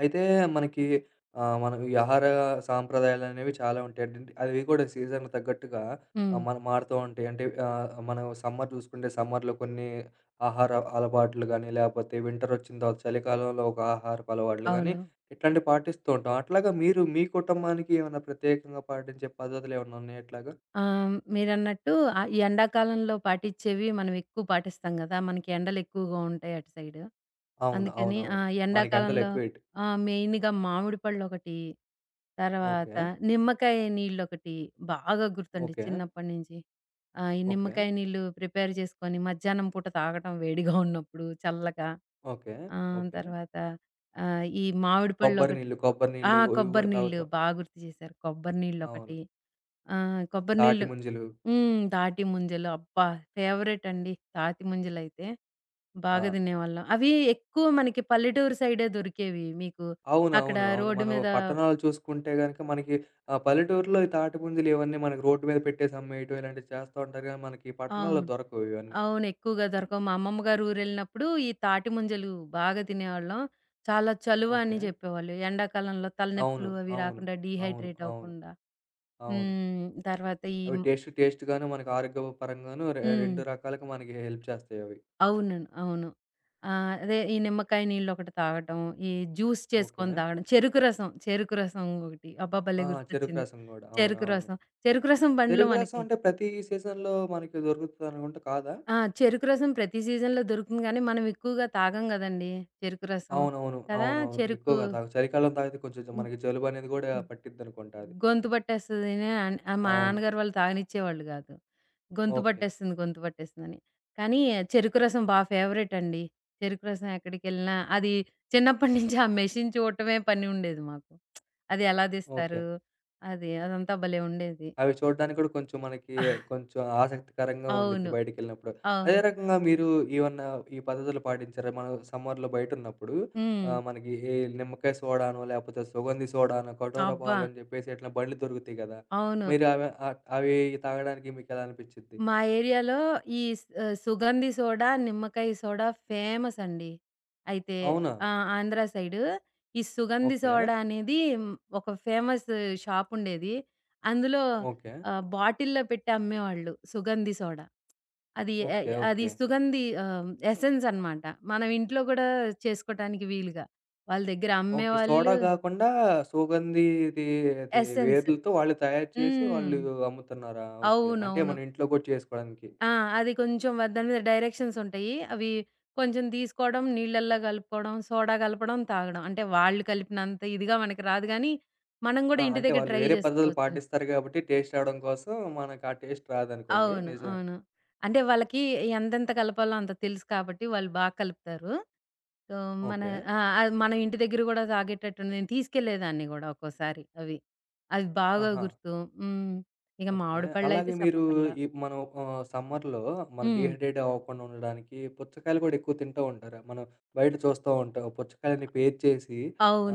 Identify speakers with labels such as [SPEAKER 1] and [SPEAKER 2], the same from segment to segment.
[SPEAKER 1] అయితే మనకి మనం ఈ ఆహార సాంప్రదాయాలనేవి చాలా ఉంటాయండి. అవి కూడా సీజన్‌కి తగ్గట్టుగా
[SPEAKER 2] హ్మ్.
[SPEAKER 1] మనం మారుతూ ఉంటాయి. అంటే మనం సమ్మర్ చూసుకుంటే సమ్మర్‌లో కొన్ని ఆహార అలవాట్లు గానీ, లేపోతే వింటర్ వచ్చిన తర్వాత చలికాలంలో ఒక ఆహారపు అలవాట్లు గానీ,
[SPEAKER 2] అవును.
[SPEAKER 1] ఇట్లాంటివి పాటిస్తూ ఉంటాం. అట్లాగా మీరు మీ కుటుంబానికి ఏమైనా ప్రత్యేకంగా పాటించే పద్ధతులు ఏమన్నా ఉన్నాయా ఇట్లాగా?
[SPEAKER 2] ఆ! మీరన్నట్టు, ఈ ఎండాకాలంలో పాటిచ్చేవి మనం ఎక్కువ పాటిస్తాం గదా! మనకి ఎండలు ఎక్కువగా ఉంటాయి అటు సైడు.
[SPEAKER 1] అవును.
[SPEAKER 2] అందుకని ఆ!
[SPEAKER 1] అవునవును. మనకి ఎండలు
[SPEAKER 2] ఎండాకాలంలో
[SPEAKER 1] ఎక్కువ ఇటు.
[SPEAKER 2] ఆ! మెయిన్‌గా మామిడి పళ్ళొకటి, తర్వాత
[SPEAKER 1] ఓకే.
[SPEAKER 2] నిమ్మకాయ నీళ్ళొకటి బాగా గుర్తండి
[SPEAKER 1] ఓకే.
[SPEAKER 2] చిన్నప్పటి నుంచి. ఆ! ఈ
[SPEAKER 1] ఓకే.
[SPEAKER 2] నిమ్మకాయ నీళ్ళు ప్రిపేర్ చేసుకొని మధ్యాహ్నం పూట తాగటం, వేడిగా ఉన్నప్పుడు చల్లగా.
[SPEAKER 1] ఓకే. ఓకే.
[SPEAKER 2] తర్వాత ఈ మామిడి
[SPEAKER 1] కొబ్బరి
[SPEAKER 2] పళ్ళొకటి.
[SPEAKER 1] నీళ్ళు, కొబ్బరి
[SPEAKER 2] ఆ!
[SPEAKER 1] నీళ్ళు ఇవి
[SPEAKER 2] కొబ్బరి
[SPEAKER 1] గూడా
[SPEAKER 2] నీళ్ళు
[SPEAKER 1] తాగుతాం.
[SPEAKER 2] బా గుర్తు చేశారు. కొబ్బరి
[SPEAKER 1] అవును.
[SPEAKER 2] నీళ్ళొకటి. ఆ! కొబ్బరి
[SPEAKER 1] తాటి
[SPEAKER 2] నీళ్ళు.
[SPEAKER 1] ముంజలు.
[SPEAKER 2] హ్మ్. తాటి ముంజలు అబ్బా! ఫేవరెట్ అండి. తాటి ముంజలైతే
[SPEAKER 1] ఆ!
[SPEAKER 2] బాగా తినేవాళ్ళం. అవి ఎక్కువ మనకి పల్లెటూరు సైడే దొరికేవి మీకు.
[SPEAKER 1] అవును.
[SPEAKER 2] అక్కడ
[SPEAKER 1] అవును. అవును.
[SPEAKER 2] రోడ్డు
[SPEAKER 1] మనం
[SPEAKER 2] మీద.
[SPEAKER 1] పట్టణాలు చూసుకుంటే గనక మనకి పల్లెటూరులో ఈ తాటి ముంజలు ఇవన్నీ మనకి రోడ్డు మీద పెట్టేసి అమ్మేయటం ఇలాంటివి చేస్తా ఉంటారు గానీ, మనకి ఈ పట్టణాల్లో
[SPEAKER 2] అవును.
[SPEAKER 1] దొరకవు ఇవన్నీ.
[SPEAKER 2] అవును. ఎక్కువగా దొరకవు. మా అమ్మమ్మ గారు ఊరెళ్ళినప్పుడు ఈ తాటి ముంజలు బాగా తినేవాళ్ళం. చాలా చలువ
[SPEAKER 1] ఓకే.
[SPEAKER 2] అని చెప్పేవాళ్ళు. ఎండాకాలంలో
[SPEAKER 1] అవును.
[SPEAKER 2] తలనొప్పులు అవి
[SPEAKER 1] అవును.
[SPEAKER 2] రాకుండా,
[SPEAKER 1] అవును.
[SPEAKER 2] డీహైడ్రేట్
[SPEAKER 1] అవును.
[SPEAKER 2] అవ్వకుండా.
[SPEAKER 1] అవును.
[SPEAKER 2] హ్మ్. తర్వాత ఈ
[SPEAKER 1] అవి టేస్ట్ టేస్ట్‌గాను, మనకి ఆరోగ్య పరంగాను
[SPEAKER 2] హ్మ్.
[SPEAKER 1] 2 రకాలుగా మనకి హెల్ప్ చేస్తాయి అవి.
[SPEAKER 2] అవునండి. అవును. అదే ఈ నిమ్మకాయ నీళ్ళొకటి తాగటం, ఈ జ్యూస్
[SPEAKER 1] ఓకే.
[SPEAKER 2] చేసుకొని తాగడం, చెరుకు రసం, చెరుకు రసం ఒకటి. అబ్బా!
[SPEAKER 1] ఆ!
[SPEAKER 2] భలే
[SPEAKER 1] చెరుకు
[SPEAKER 2] గుర్తొచ్చింది.
[SPEAKER 1] రసం గూడా.
[SPEAKER 2] చెరుకు
[SPEAKER 1] అవునవును.
[SPEAKER 2] రసం, చెరుకు రసం బండిలో
[SPEAKER 1] చెరుకు రసం
[SPEAKER 2] మనకి.
[SPEAKER 1] అంటే ప్రతి సీజన్‌లో మనకి దొరుకుతదనుకుంట కాదా?
[SPEAKER 2] ఆ! చెరుకు రసం ప్రతి సీజన్‌లో దొరుకుతుంది గానీ, మనం ఎక్కువగా తాగం గదండీ! చెరుకు రసం
[SPEAKER 1] అవునవును.
[SPEAKER 2] కదా!
[SPEAKER 1] అవునవును.
[SPEAKER 2] చెరుకు
[SPEAKER 1] ఎక్కువగా తాగు చలికాలం తాగితే కొంచెం
[SPEAKER 2] హ్మ్.
[SPEAKER 1] మనకి జలుబనేది గూడా పట్టిద్దనుకుంటా అది.
[SPEAKER 2] గొంతు పట్టేస్తదని మా
[SPEAKER 1] అవును.
[SPEAKER 2] నాన్నగారు వాళ్ళు తాగనిచ్చేవాళ్ళు గాదు. గొంతు
[SPEAKER 1] ఓకే.
[SPEAKER 2] పట్టేస్తుంది, గొంతు పట్టేస్తుందని. కానీ చెరుకు రసం బా ఫేవరెట్ అండి. చెరుకు రసం ఎక్కడికెళ్ళినా అది చిన్నప్పటి నుంచి ఆ మెషిన్ చూడటమే పని ఉండేది మాకు. అది ఎలా
[SPEAKER 1] ఓకే.
[SPEAKER 2] తీస్తారు? అది అదంతా భలే ఉండేది.
[SPEAKER 1] అవి చూడడానికి గూడా కొంచెం మనకి కొంచెం ఆసక్తికరంగా ఉండిద్ది
[SPEAKER 2] అవును.
[SPEAKER 1] బయటికెళ్ళినప్పుడు. అదే
[SPEAKER 2] అవును.
[SPEAKER 1] రకంగా మీరు ఏమన్నా ఈ పద్ధతులు పాటించారా? మనం సమ్మర్‌లో బయటున్నప్పుడు
[SPEAKER 2] హ్మ్.
[SPEAKER 1] మనకి ఈ నిమ్మకాయ సోడానో, లేపోతే సుగంధి సోడానో, కటోర
[SPEAKER 2] అబ్బా!
[SPEAKER 1] పాలని జెప్పేసి ఇట్లా బండ్లు దొరుకుతాయి గదా!
[SPEAKER 2] అవును.
[SPEAKER 1] మీరు అవి అవి తాగడానికి మీకెలా అనిపిచ్చిద్ది?
[SPEAKER 2] మా ఏరియాలో ఈ సుగంధి సోడా, నిమ్మకాయ సోడా ఫేమస్ అండి. అయితే
[SPEAKER 1] అవునా?
[SPEAKER 2] ఆ! ఆంధ్ర సైడు ఈ సుగంధి
[SPEAKER 1] ఓకే.
[SPEAKER 2] సోడా అనేది మ్, ఒక ఫేమస్ షాప్ ఉండేది. అందులో
[SPEAKER 1] ఓకే.
[SPEAKER 2] బాటిల్‌లో పెట్టి అమ్మేవాళ్ళు సుగంధి సోడా. అది ఎ
[SPEAKER 1] ఓకే.
[SPEAKER 2] అది
[SPEAKER 1] ఓకే.
[SPEAKER 2] సుగంధి ఎసెన్స్ అనమాట. మనం ఇంట్లో కూడా చేసుకోటానికి వీలుగా వాళ్ళ దగ్గర
[SPEAKER 1] ఓకే. సోడా
[SPEAKER 2] అమ్మేవాళ్ళు
[SPEAKER 1] గాకుండా సుగంధిది అది
[SPEAKER 2] ఎసెన్స్.
[SPEAKER 1] వేర్లతో వాళ్ళు తయారు చేసి
[SPEAKER 2] హ్మ్.
[SPEAKER 1] వాళ్ళు అమ్ముతున్నారా? ఓకే. అంటే
[SPEAKER 2] అవునవును.
[SPEAKER 1] మనం ఇంట్లో కూడా చేసుకోవడానికి.
[SPEAKER 2] ఆ! అది కొంచెం దాని మీద డైరెక్షన్స్ ఉంటాయి. అవి కొంచెం తీసుకోవడం, నీళ్ళల్లో కలుపుకోవడం, సోడా కలపడం, తాగడం. అంటే వాళ్ళు కలిపినంత ఇదిగా మనకి రాదు గానీ, మనం గూడా
[SPEAKER 1] ఆ!
[SPEAKER 2] ఇంటి
[SPEAKER 1] అంటే
[SPEAKER 2] దగ్గర
[SPEAKER 1] వాళ్ళు
[SPEAKER 2] ట్రై
[SPEAKER 1] వేరే పద్ధతులు
[SPEAKER 2] జేసుకోవచ్చు.
[SPEAKER 1] పాటిస్తారు గాబట్టి టేస్ట్ రావడం కోసం మనకు ఆ టేస్ట్ రాదనుకోండి.
[SPEAKER 2] అవును.
[SPEAKER 1] నిజమే.
[SPEAKER 2] అవును. అంటే వాళ్ళకి ఎంతెంత కలపాలో అంత తెలుసు కాబట్టి వాళ్ళు బా కలుపుతారు. సో, మన
[SPEAKER 1] ఓకే.
[SPEAKER 2] ఆ! అది మనం ఇంటి దగ్గర గూడా తాగేటట్టు నేను తీసుకెళ్ళేదాన్ని గూడా ఒక్కోసారి అవి. అది బాగా
[SPEAKER 1] ఆహా!
[SPEAKER 2] గుర్తు. హ్మ్. ఇక
[SPEAKER 1] ఓకే.
[SPEAKER 2] మామిడి పళ్ళయితే
[SPEAKER 1] అలాగే మీరు
[SPEAKER 2] చెప్పక్కర్లా.
[SPEAKER 1] ఈ మనం సమ్మర్‌లో మనం
[SPEAKER 2] హ్మ్.
[SPEAKER 1] డీహైడ్రేట్ అవ్వకుండా ఉండడానికి పుచ్చకాయలు కూడా ఎక్కువ తింటూ ఉంటారు. మనం బయట చూస్తా ఉంటాం. పుచ్చకాయలని పేర్చేసి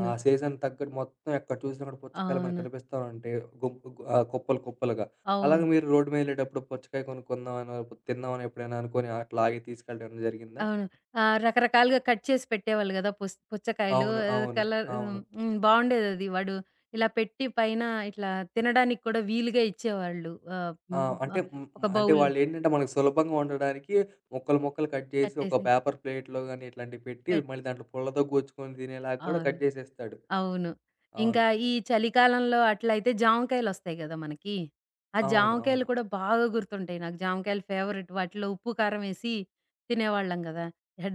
[SPEAKER 1] ఆ సీజన్ తగ్గట్టు మొత్తం ఎక్కడ చూసినా కూడా పుచ్చకాయలు మనకు
[SPEAKER 2] అవును.
[SPEAKER 1] కనిపిస్తా ఉంటాయి. కుప్పలు కుప్పలుగా. అలాగే
[SPEAKER 2] అవును.
[SPEAKER 1] మీరు రోడ్డు మీద వెళ్ళేటప్పుడు పుచ్చకాయ కొనుక్కుందామనో, తిందామనో ఎప్పుడైనా అనుకోని అట్లా ఆగి తీసుకెళ్ళడం ఏమైనా జరిగిందా?
[SPEAKER 2] అవును. రకరకాలుగా కట్ చేసి పెట్టేవాళ్ళు గదా! పుచ్చకాయలు,
[SPEAKER 1] అవును. అవును.
[SPEAKER 2] కలర్.
[SPEAKER 1] అవును.
[SPEAKER 2] హ్మ్. బావుండేదది. వాడు ఇలా పెట్టి పైన ఇట్లా తినడానికి కూడా వీలుగా ఇచ్చేవాళ్ళు.
[SPEAKER 1] ఆ!
[SPEAKER 2] హ్మ్.
[SPEAKER 1] అంటే
[SPEAKER 2] ఆహ్,
[SPEAKER 1] హ్మ్,
[SPEAKER 2] ఒక
[SPEAKER 1] అంటే
[SPEAKER 2] బౌల్‌లో
[SPEAKER 1] వాళ్ళేంటంటే మనకు సులభంగా ఉండడానికి ముక్కలు ముక్కలు కట్ చేసి
[SPEAKER 2] కట్
[SPEAKER 1] ఒక
[SPEAKER 2] చేసి
[SPEAKER 1] పేపర్ ప్లేట్‌లో గాని ఇట్లాంటివి పెట్టి
[SPEAKER 2] పెట్.
[SPEAKER 1] మళ్ళీ దాంట్లో పుల్లతో గుచ్చుకొని తినేలాగా కూడా
[SPEAKER 2] అవును.
[SPEAKER 1] కట్ చేసేస్తాడు.
[SPEAKER 2] అవును.
[SPEAKER 1] అవును.
[SPEAKER 2] ఇంకా ఈ చలికాలంలో అట్లయితే జామకాయలొస్తాయి గదా! మనకి. ఆ
[SPEAKER 1] అవును.
[SPEAKER 2] జామకాయలు
[SPEAKER 1] అవును.
[SPEAKER 2] కూడా బాగా గుర్తుంటాయి నాకు. జామకాయలు ఫేవరెట్. వాటిలో ఉప్పు, కారం ఏసి తినేవాళ్ళం గదా!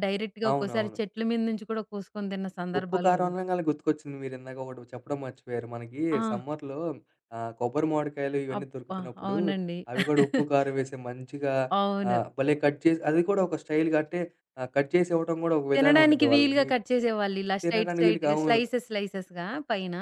[SPEAKER 2] డైరెక్ట్‌గా ఒక్కోసారి
[SPEAKER 1] అవునవును.
[SPEAKER 2] చెట్ల మీద నుంచి కూడా కోసుకొని తిన్న
[SPEAKER 1] ఉప్పు,
[SPEAKER 2] సందర్భాలు
[SPEAKER 1] కారం
[SPEAKER 2] గూడా.
[SPEAKER 1] అనంగానే గుర్తుకొచ్చింది మీరిందాక ఒకటి చెప్పడం మర్చిపోయారు. మనకి
[SPEAKER 2] ఆ!
[SPEAKER 1] సమ్మర్‌లో కొబ్బరి మామిడికాయలు ఇవన్నీ
[SPEAKER 2] అబ్బా!
[SPEAKER 1] దొరుకుతున్నప్పుడు
[SPEAKER 2] అవునండి.
[SPEAKER 1] అవి కూడా ఉప్పు, కారం వేసి మంచిగా
[SPEAKER 2] అవును.
[SPEAKER 1] భలే కట్ చేసి అది కూడా ఒక స్టైల్‌గా అంటే కట్ చేసి ఇవ్వటం కూడా ఒక విధానం
[SPEAKER 2] తినడానికి
[SPEAKER 1] ఉండిద్ది వాళ్ళది.
[SPEAKER 2] వీలుగా
[SPEAKER 1] నీ
[SPEAKER 2] కట్ చేసేవాళ్ళు, ఇలా స్ట్రెయిట్
[SPEAKER 1] తినడానికి వీళ్ళకి
[SPEAKER 2] స్ట్రెయిట్‌గా
[SPEAKER 1] అవును.
[SPEAKER 2] స్లైసెస్ స్లైసెస్‌గా పైన.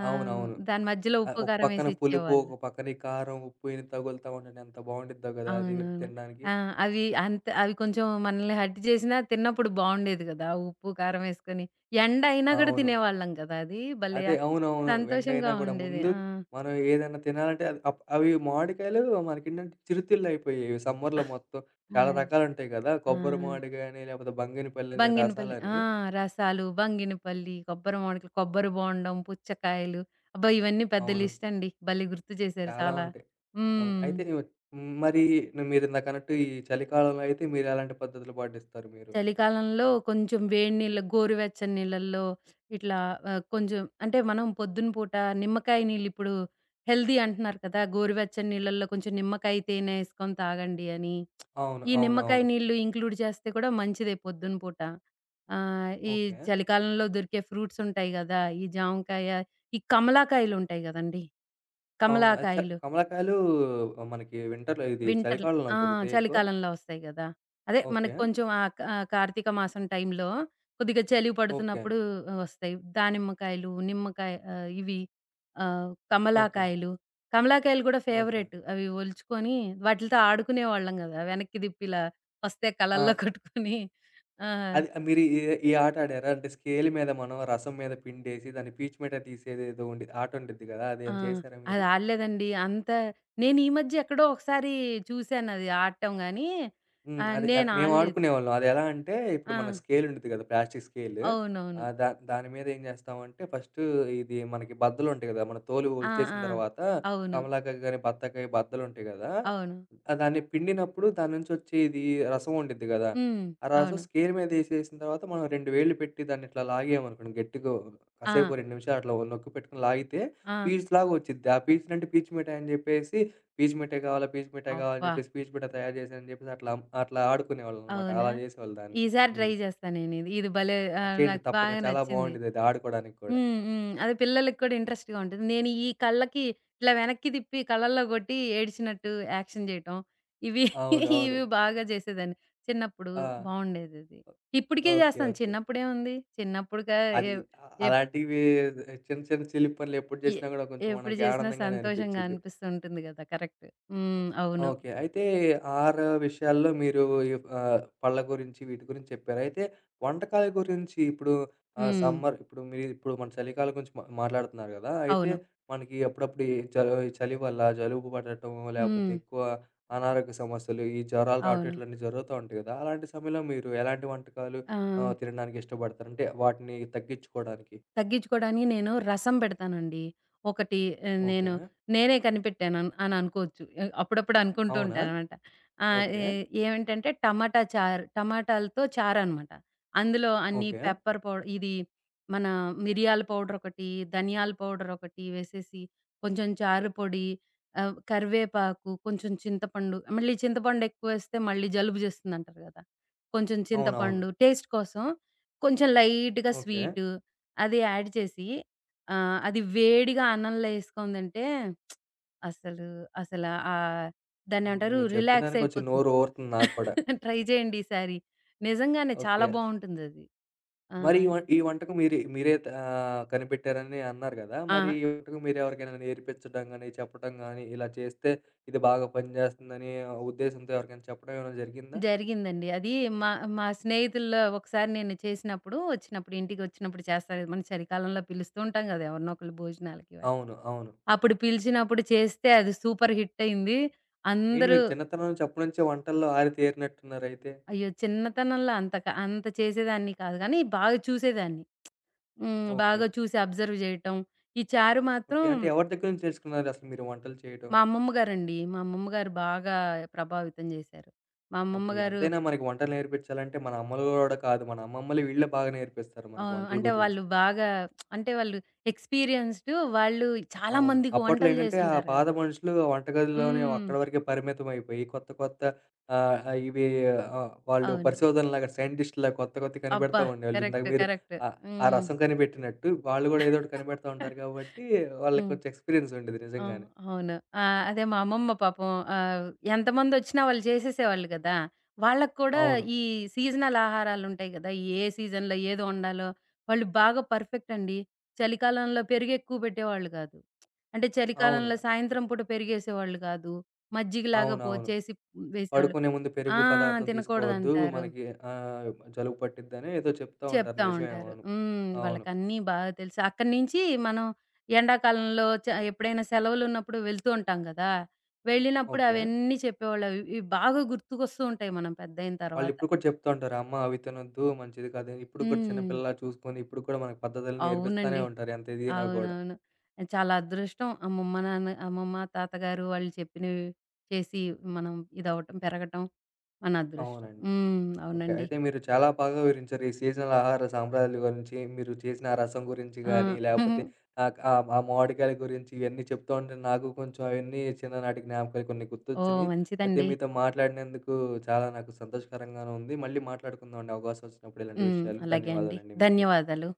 [SPEAKER 2] ఆహ్,
[SPEAKER 1] అవునవును.
[SPEAKER 2] దాని మధ్యలో ఉప్పు,
[SPEAKER 1] ఒక
[SPEAKER 2] కారం
[SPEAKER 1] పక్కన
[SPEAKER 2] వేసి
[SPEAKER 1] పులుపు,
[SPEAKER 2] ఇచ్చేవాళ్ళు.
[SPEAKER 1] ఒక పక్కన ఈ కారం, ఉప్పు ఇన్ని తగులుతా ఉంటండి. ఎంత బావుండిద్దో గదా! అది
[SPEAKER 2] అవునవును.
[SPEAKER 1] తినడానికి.
[SPEAKER 2] ఆ! అవి అంత అవి కొంచెం మనల్ని హర్ట్ చేసినా తిన్నప్పుడు బావుండేది కదా! ఉప్పు, కారం వేసుకొని. ఎండ అయినా కూడా
[SPEAKER 1] అవును.
[SPEAKER 2] తినేవాళ్ళం కదా! అది భలే
[SPEAKER 1] అదే అవునవును. ఎండైనా
[SPEAKER 2] సంతోషంగా
[SPEAKER 1] గూడా
[SPEAKER 2] ఉండేది.
[SPEAKER 1] ముందు
[SPEAKER 2] ఆ!
[SPEAKER 1] మనం ఏదైనా తినాలంటే అది అప్ అవి మామిడికాయలు మనకేంటంటే చిరుతిళ్ళయిపోయాయి సమ్మర్‌లో మొత్తం.
[SPEAKER 2] ఆ!
[SPEAKER 1] చాలా రకాలుంటాయి గదా!
[SPEAKER 2] ఆ!
[SPEAKER 1] కొబ్బరి మామిడికాయ అని, లేపోతే బంగినపల్లెని,
[SPEAKER 2] బంగినపల్లి. ఆ!
[SPEAKER 1] రసాలని.
[SPEAKER 2] రసాలు, బంగినపల్లి, కొబ్బరి మామిడికాయలు, కొబ్బరి బోండం, పుచ్చకాయలు. అబ్బా! ఇవన్నీ పెద్ద
[SPEAKER 1] అవును.
[SPEAKER 2] లిస్టండి. భలే గుర్తు చేశారు
[SPEAKER 1] చాలా
[SPEAKER 2] చాలా.
[SPEAKER 1] ఉంటాయి. అవును.
[SPEAKER 2] హ్మ్.
[SPEAKER 1] అయితే ఇవ హ్మ్. మరి మీరిందాకన్నట్టు ఈ చలికాలంలో అయితే మీరెలాంటి పద్ధతులు పాటిస్తారు మీరు?
[SPEAKER 2] చలికాలంలో కొంచెం వేడి నీళ్ళ, గోరువెచ్చని నీళ్ళల్లో ఇట్లా కొంచెం, అంటే మనం పొద్దున పూట నిమ్మకాయ నీళ్ళు ఇప్పుడు హెల్తీ అంటున్నారు కదా! గోరువెచ్చని నీళ్ళల్లో కొంచెం నిమ్మకాయ, తేనె ఏసుకొని తాగండి అని.
[SPEAKER 1] అవును.
[SPEAKER 2] ఈ నిమ్మకాయ
[SPEAKER 1] అవునవును.
[SPEAKER 2] నీళ్ళు ఇంక్లూడ్ చేస్తే కూడా మంచిదే పొద్దున పూట. ఈ
[SPEAKER 1] ఓకే.
[SPEAKER 2] చలికాలంలో దొరికే ఫ్రూట్స్ ఉంటాయి గదా! ఈ జామకాయ, ఈ కమలాకాయలుంటాయి గదండీ!
[SPEAKER 1] అవును. అది చ
[SPEAKER 2] కమలాకాయలు.
[SPEAKER 1] కమలకాయలు మనకి వింటర్‌లో ఇది
[SPEAKER 2] వింటర్‌లో
[SPEAKER 1] చలికాలంలో
[SPEAKER 2] ఆ!
[SPEAKER 1] దొరుకుతాయా ఎక్కువ?
[SPEAKER 2] చలికాలంలో వస్తాయి గదా! అదే
[SPEAKER 1] ఓకే.
[SPEAKER 2] మనకు కొంచెం ఆహ్, క కార్తీక మాసం టైంలో కొద్దిగా చలి
[SPEAKER 1] ఓకే.
[SPEAKER 2] పడుతున్నప్పుడు వస్తాయి. దానిమ్మకాయలు, నిమ్మకాయ, ఇవి,
[SPEAKER 1] ఓకే.
[SPEAKER 2] కమలాకాయలు. కమలాకాయలు గూడా
[SPEAKER 1] ఓకే.
[SPEAKER 2] ఫేవరెట్. అవి ఒలుచుకొని వాటిలతో ఆడుకునేవాళ్ళం గదా! వెనక్కి తిప్పి ఇలా వస్తే
[SPEAKER 1] ఆ!
[SPEAKER 2] కళ్ళల్లో కొట్టుకొని. ఆ!
[SPEAKER 1] అది ఆ, మీరు ఈ ఈ ఆట ఆడారా? అంటే స్కేల్ మీద మనం రసం మీద పిండేసి దాన్ని పీచు మీద తీసేదేదో ఉండి ఆటుండిద్ది గదా!
[SPEAKER 2] ఆ!
[SPEAKER 1] అదేమైనా చేసారా
[SPEAKER 2] అది
[SPEAKER 1] మీరు?
[SPEAKER 2] ఆడలేదండి. అంత నేను ఈ మధ్య ఎక్కడో ఒకసారి చూసాను అది ఆడటం గానీ
[SPEAKER 1] హ్మ్. అది ఎల్
[SPEAKER 2] నేను ఆడలేదు.
[SPEAKER 1] మేమాడుకునేవాళ్ళం. అదెలా అంటే, ఇప్పుడు
[SPEAKER 2] ఆ!
[SPEAKER 1] మన స్కేలుండిద్ది గదా! Plastic scale.
[SPEAKER 2] అవునవును.
[SPEAKER 1] ఆహ్, దా దాని మీద ఏం జేస్తామంటే, ఫస్టు ఇది మనకి బద్దలుంటాయి గదా! మన తోలు
[SPEAKER 2] ఆ!
[SPEAKER 1] ఒలిచేసిన
[SPEAKER 2] ఆ!
[SPEAKER 1] తర్వాత,
[SPEAKER 2] అవును.
[SPEAKER 1] కమలాకాయ గాని, బత్తాకాయ బద్దలుంటాయి గదా!
[SPEAKER 2] అవును.
[SPEAKER 1] దాన్ని పిండినప్పుడు దాని నుంచొచ్చేది రసం ఉండిద్ది గదా!
[SPEAKER 2] హ్మ్.
[SPEAKER 1] ఆ రసం
[SPEAKER 2] అవును.
[SPEAKER 1] స్కేలు మీదేసేసిన తర్వాత, మనం 2 వేళ్ళు పెట్టి దాన్నిట్లా లాగామనుకోండి గట్టిగో
[SPEAKER 2] ఆ!
[SPEAKER 1] కాసేపు ఓ 2 నిమిషాలు అట్లా నొక్కి పెట్టుకొని లాగితే,
[SPEAKER 2] ఆ!
[SPEAKER 1] పీచులాగొచ్చిద్ది. ఆ పీచునంటే పీచు మిఠాయి అని జెప్పేసి పీచు మిఠాయి కావాలా, పీచు మిఠాయి కావాలని
[SPEAKER 2] అబ్బా!
[SPEAKER 1] చెప్పేసి పీచు మిఠాయి తయారు చేశానని చెప్పేసి అట్లా ఆడుకునేవాళ్ళమనమాట.
[SPEAKER 2] అవునా?
[SPEAKER 1] అలా చేసేవాళ్ళు దాన్ని.
[SPEAKER 2] ఈసారి ట్రై
[SPEAKER 1] హ్మ్.
[SPEAKER 2] చేస్తా నేనిది. ఇది భలే!
[SPEAKER 1] అది చేయండి
[SPEAKER 2] నాకు
[SPEAKER 1] తప్పక
[SPEAKER 2] బాగా
[SPEAKER 1] చాలా
[SPEAKER 2] నచ్చింది.
[SPEAKER 1] బావుండేదది ఆడుకోవడానికి కూడా.
[SPEAKER 2] హ్మ్. హ్మ్. అది పిల్లలకి కూడా ఇంట్రెస్ట్‌గా ఉంటుంది. నేను ఈ కళ్ళకి ఇట్లా వెనక్కి తిప్పి కళ్ళల్లో కొట్టి ఏడ్చినట్టు యాక్షన్ చేయటం, ఇవి
[SPEAKER 1] అవునవును.
[SPEAKER 2] ఇవి బాగా చేసేదాన్ని చిన్నప్పుడు.
[SPEAKER 1] ఆ!
[SPEAKER 2] బావుండేదది. ఇప్పటికే
[SPEAKER 1] ఓకే.
[SPEAKER 2] చేస్తాను.
[SPEAKER 1] ఓకే.
[SPEAKER 2] చిన్నప్పుడేముంది? చిన్నప్పుడుగా ఎ
[SPEAKER 1] అది
[SPEAKER 2] ఎప్
[SPEAKER 1] అలాంటివి చిన్న చిన్న చిలిపి పనులు ఎప్పుడు
[SPEAKER 2] ఎ
[SPEAKER 1] చేసినా కూడా కొంచెం
[SPEAKER 2] ఎప్పుడు
[SPEAKER 1] మనకి
[SPEAKER 2] చేసినా
[SPEAKER 1] ఆనందంగానే
[SPEAKER 2] సంతోషంగా
[SPEAKER 1] అనిపిచ్చిద్ది.
[SPEAKER 2] అనిపిస్తూ ఉంటుంది కదా! కరెక్ట్. హ్మ్. అవును.
[SPEAKER 1] ఓకే. అయితే 6 విషయాల్లో మీరు పళ్ళ గురించి వీటి గురించి చెప్పారు. అయితే వంటకాల గురించి ఇప్పుడు
[SPEAKER 2] హ్మ్.
[SPEAKER 1] సమ్మర్ ఇప్పుడు మీరిప్పుడు మన చలికాలం గురించి మా మాట్లాడుతున్నారు గదా! అయితే
[SPEAKER 2] అవును.
[SPEAKER 1] మనకి అప్పుడప్పుడు ఈ చలి చలి వల్ల జలుబు పడటం, లేపోతే
[SPEAKER 2] హ్మ్.
[SPEAKER 1] ఎక్కువ అనారోగ్య సమస్యలు, ఈ జ్వరాలు రావటం
[SPEAKER 2] అవును.
[SPEAKER 1] ఇట్లాంటివి జరుగుతా ఉంటాయి గదా! అలాంటి సమయంలో మీరు ఎలాంటి వంటకాలు
[SPEAKER 2] ఆ!
[SPEAKER 1] తినడానికి ఇష్టపడతారు? అంటే వాటిని తగ్గించుకోడానికి?
[SPEAKER 2] తగ్గించుకోవడానికి నేను రసం పెడతానండి. ఒకటి ఆహ్,
[SPEAKER 1] ఓకే.
[SPEAKER 2] నేను నేనే కనిపెట్టాను అని అనుకోవచ్చు. అప్పుడప్పుడు అనుకుంటూ
[SPEAKER 1] అవునా?
[SPEAKER 2] ఉంటాననమాట. ఆహ్,
[SPEAKER 1] ఓకే.
[SPEAKER 2] ఏ ఏమేంటంటే టమాటా చారు, టమాటాలతో చారనమాట. అందులో అన్ని
[SPEAKER 1] ఓకే.
[SPEAKER 2] పెప్పర్ పౌడర్, ఇది మన మిరియాల పౌడర్ ఒకటి, ధనియాల పౌడర్ ఒకటి వేసేసి, కొంచెం చారు పొడి, కరివేపాకు, కొంచెం చింతపండు, మళ్ళీ చింతపండు ఎక్కువేస్తే మళ్ళీ జలుబు చేస్తుందంటారు కదా! కొంచెం
[SPEAKER 1] అవునవును.
[SPEAKER 2] చింతపండు టేస్ట్ కోసం, కొంచెం లైట్‌గా
[SPEAKER 1] ఓకే.
[SPEAKER 2] స్వీటు అది యాడ్ చేసి అది వేడిగా అన్నంలో ఏసుకొని తింటే అసలు, అసల ఆహ్,
[SPEAKER 1] హ్మ్.
[SPEAKER 2] దాన్నేమంటారు,
[SPEAKER 1] మీరు
[SPEAKER 2] రిలాక్స్
[SPEAKER 1] చెప్తున్నాను కొంచెం
[SPEAKER 2] అయిపోతుంది.
[SPEAKER 1] నోరు ఊరుతుంది నాకు కూడా.
[SPEAKER 2] ట్రై చేయండి ఈసారి. నిజంగానే చాలా
[SPEAKER 1] ఓకే.
[SPEAKER 2] బావుంటుందది. ఆ!
[SPEAKER 1] మరి ఈ వంటకం మీరే మీరే కనిపెట్టారని అన్నారు గదా!
[SPEAKER 2] ఆ!
[SPEAKER 1] మరి ఈ వంటకం మీరు ఎవరికైనా నేర్పించడం గాని, చెప్పడం గాని, ఇలా చేస్తే ఇది బాగా పనిచేస్తుందని ఉద్దేశంతో ఎవరికైనా చెప్పడం ఏమైనా జరిగిందా?
[SPEAKER 2] జరిగిందండి. అది మా మా స్నేహితుల్లో ఒకసారి నేను చేసినప్పుడు, వచ్చినప్పుడు, ఇంటికొచ్చినప్పుడు చేస్తారు కదా! మనం చలికాలంలో పిలుస్తూ ఉంటాం కదా! ఎవరినో ఒకళ్ళు భోజనాలకి వాటికి.
[SPEAKER 1] అవును. అవును.
[SPEAKER 2] అప్పుడు పిలిచినప్పుడు చేస్తే అది సూపర్ హిట్ అయింది.
[SPEAKER 1] ఏంటి
[SPEAKER 2] అందరూ
[SPEAKER 1] మీరు చిన్నతనం నుంచి అప్పటి నుంచే వంటల్లో ఆరితేరినట్టున్నారయితే?
[SPEAKER 2] అయ్యో! చిన్నతనంలో అంత చేసేదాన్ని కాదు గానీ, బాగా చూసేదాన్ని. హ్మ్.
[SPEAKER 1] ఓకే.
[SPEAKER 2] బాగా చూసి అబ్జర్వ్ జేయటం. ఈ చారు మాత్రం
[SPEAKER 1] ఓకే. అంటే ఎవరి దగ్గర నుంచి తెలుసుకున్నారసలు మీరు వంటలు చేయడం?
[SPEAKER 2] మా అమ్మమ్మ గారండి. మా అమ్మమ్మ గారు బాగా ప్రభావితం జేశారు. మా అమ్మమ్మ
[SPEAKER 1] ఓకే.
[SPEAKER 2] గారు
[SPEAKER 1] ఎంతైనా మనకి వంటలు నేర్పించాలంటే మన అమ్మలు గూడా కాదు. మన అమ్మమ్మలు వీళ్ళే బాగా నేర్పిస్తారు మనకి వంటల
[SPEAKER 2] అంటే
[SPEAKER 1] గురించి.
[SPEAKER 2] వాళ్ళు బాగా, అంటే వాళ్ళు ఎక్స్‌పీరియన్స్‌డ్. వాళ్ళు చాలా
[SPEAKER 1] అవును.
[SPEAKER 2] మందికి
[SPEAKER 1] అప్పట్లో
[SPEAKER 2] వంటలు
[SPEAKER 1] ఏంటంటే, ఆ
[SPEAKER 2] జేసుంటారు
[SPEAKER 1] పాత
[SPEAKER 2] గదా!
[SPEAKER 1] మనుషులు వంటగదిలోనే
[SPEAKER 2] హ్మ్.
[SPEAKER 1] అక్కడి వరకే పరిమితమైపోయి, కొత్త కొత్త ఆహ్, ఇవి ఆహ్, వాళ్ళు
[SPEAKER 2] అవును.
[SPEAKER 1] పరిశోధనలాగా సైంటిస్ట్‌లాగా కొత్త కొత్తవి కనిపెడతా
[SPEAKER 2] అబ్బా!
[SPEAKER 1] ఉండేవాళ్ళు. ఇందాక
[SPEAKER 2] కరెక్ట్.
[SPEAKER 1] మీరు
[SPEAKER 2] కరెక్ట్.
[SPEAKER 1] ఆహ్, ఆ
[SPEAKER 2] హ్మ్.
[SPEAKER 1] రసం కనిపెట్టినట్టు వాళ్ళు గూడా ఏదో ఒకటి కనిపెడతా ఉంటారు కాబట్టి, వాళ్ళకి
[SPEAKER 2] హ్మ్.
[SPEAKER 1] కొంచెం ఎక్స్‌పీరియన్స్ ఉండేది
[SPEAKER 2] ఆ!
[SPEAKER 1] నిజంగానే.
[SPEAKER 2] అవును. ఆ! అదే మా అమ్మమ్మ పాపం, ఎంతమందొచ్చినా వాళ్ళు చేసేసేవాళ్ళు గదా! వాళ్ళకి కూడా
[SPEAKER 1] అవును.
[SPEAKER 2] ఈ సీజనల్ ఆహారాలుంటాయి గదా! ఏ సీజన్‌లో ఏది వండాలో వాళ్ళు బాగా పర్ఫెక్ట్ అండి. చలికాలంలో పెరుగెక్కువ పెట్టేవాళ్ళు గాదు. అంటే చలికాలంలో
[SPEAKER 1] అవును.
[SPEAKER 2] సాయంత్రం పూట పెరిగేసేవాళ్ళు గాదు. మజ్జిగలాగా పో
[SPEAKER 1] అవునవును.
[SPEAKER 2] చేసి వేసేవాళ్ళు.
[SPEAKER 1] పడుకునే ముందు
[SPEAKER 2] ఆ!
[SPEAKER 1] పెరుగు పదార్థం తీసుకోవద్దు.
[SPEAKER 2] తినకూడదంటారు.
[SPEAKER 1] మనకి ఆహ్, జలుబు పట్టిద్దని ఏదో చెప్తా ఉంటారు.
[SPEAKER 2] చెప్తా
[SPEAKER 1] నిజమే.
[SPEAKER 2] ఉంటారు.
[SPEAKER 1] అవును.
[SPEAKER 2] హ్మ్.
[SPEAKER 1] అవును.
[SPEAKER 2] వాళ్ళకన్నీ బాగా తెలుసు. అక్కడి నుంచి మనం ఎండాకాలంలో ఎప్పుడైనా సెలవులున్నప్పుడు వెళ్తూ ఉంటాం గదా! వెళ్ళినప్పుడు
[SPEAKER 1] ఓకే.
[SPEAKER 2] అవన్నీ చెప్పేవాళ్ళు. అవి ఇవి బాగా గుర్తుకొస్తూ ఉంటాయి మనం పెద్దయిన తర్వాత.
[SPEAKER 1] వాళ్ళిప్పుడు కూడా చెప్తా ఉంటారు. అమ్మ అవి తినొద్దు మంచిది కాదు. ఇప్పుడు కూడా చిన్న
[SPEAKER 2] హ్మ్.
[SPEAKER 1] పిల్లలా చూసుకొని ఇప్పుడు కూడా మనకు పద్ధతులు నేర్పిస్తానే
[SPEAKER 2] అవునండి.
[SPEAKER 1] ఉంటారు. ఎంత ఎదిగినా కూడా.
[SPEAKER 2] అవునవును. చాలా అదృష్టం. అమ్మమ్మ, నాన్న అమ్మమ్మ, తాతగారు వాళ్ళు చెప్పినవి చేసి మనం ఇదవ్వటం, పెరగటం మన అదృష్టం.
[SPEAKER 1] అవునండి.
[SPEAKER 2] హ్మ్.
[SPEAKER 1] ఓకే.
[SPEAKER 2] అవునండి.
[SPEAKER 1] అయితే మీరు చాలా బాగా వివరించారు. ఈ సీజనల్ ఆహార సాంప్రదాయాల గురించి, మీరు చేసిన ఆ రసం గురించి గానీ,
[SPEAKER 2] ఆ!
[SPEAKER 1] లేపోతే ఆహ్, ఆహ్, ఆ మామిడికాయల గురించి ఇవన్నీ చెప్తా ఉంటే నాకు కొంచెం అవన్నీ చిన్ననాటి జ్ఞాపకాలు కొన్ని
[SPEAKER 2] ఓహ్!
[SPEAKER 1] గుర్తొచ్చినియి. అయితే
[SPEAKER 2] మంచిదండి.
[SPEAKER 1] మీతో మాట్లాడినందుకు చాలా నాకు సంతోషకరంగాను ఉంది. మళ్ళీ మాట్లాడుకుందాం అండి అవకాశం వచ్చినప్పుడు ఇలాంటి
[SPEAKER 2] హ్మ్.
[SPEAKER 1] విషయాలు.
[SPEAKER 2] అలాగే అండి.
[SPEAKER 1] ధన్యవాదాలండి మీకు.
[SPEAKER 2] ధన్యవాదాలు.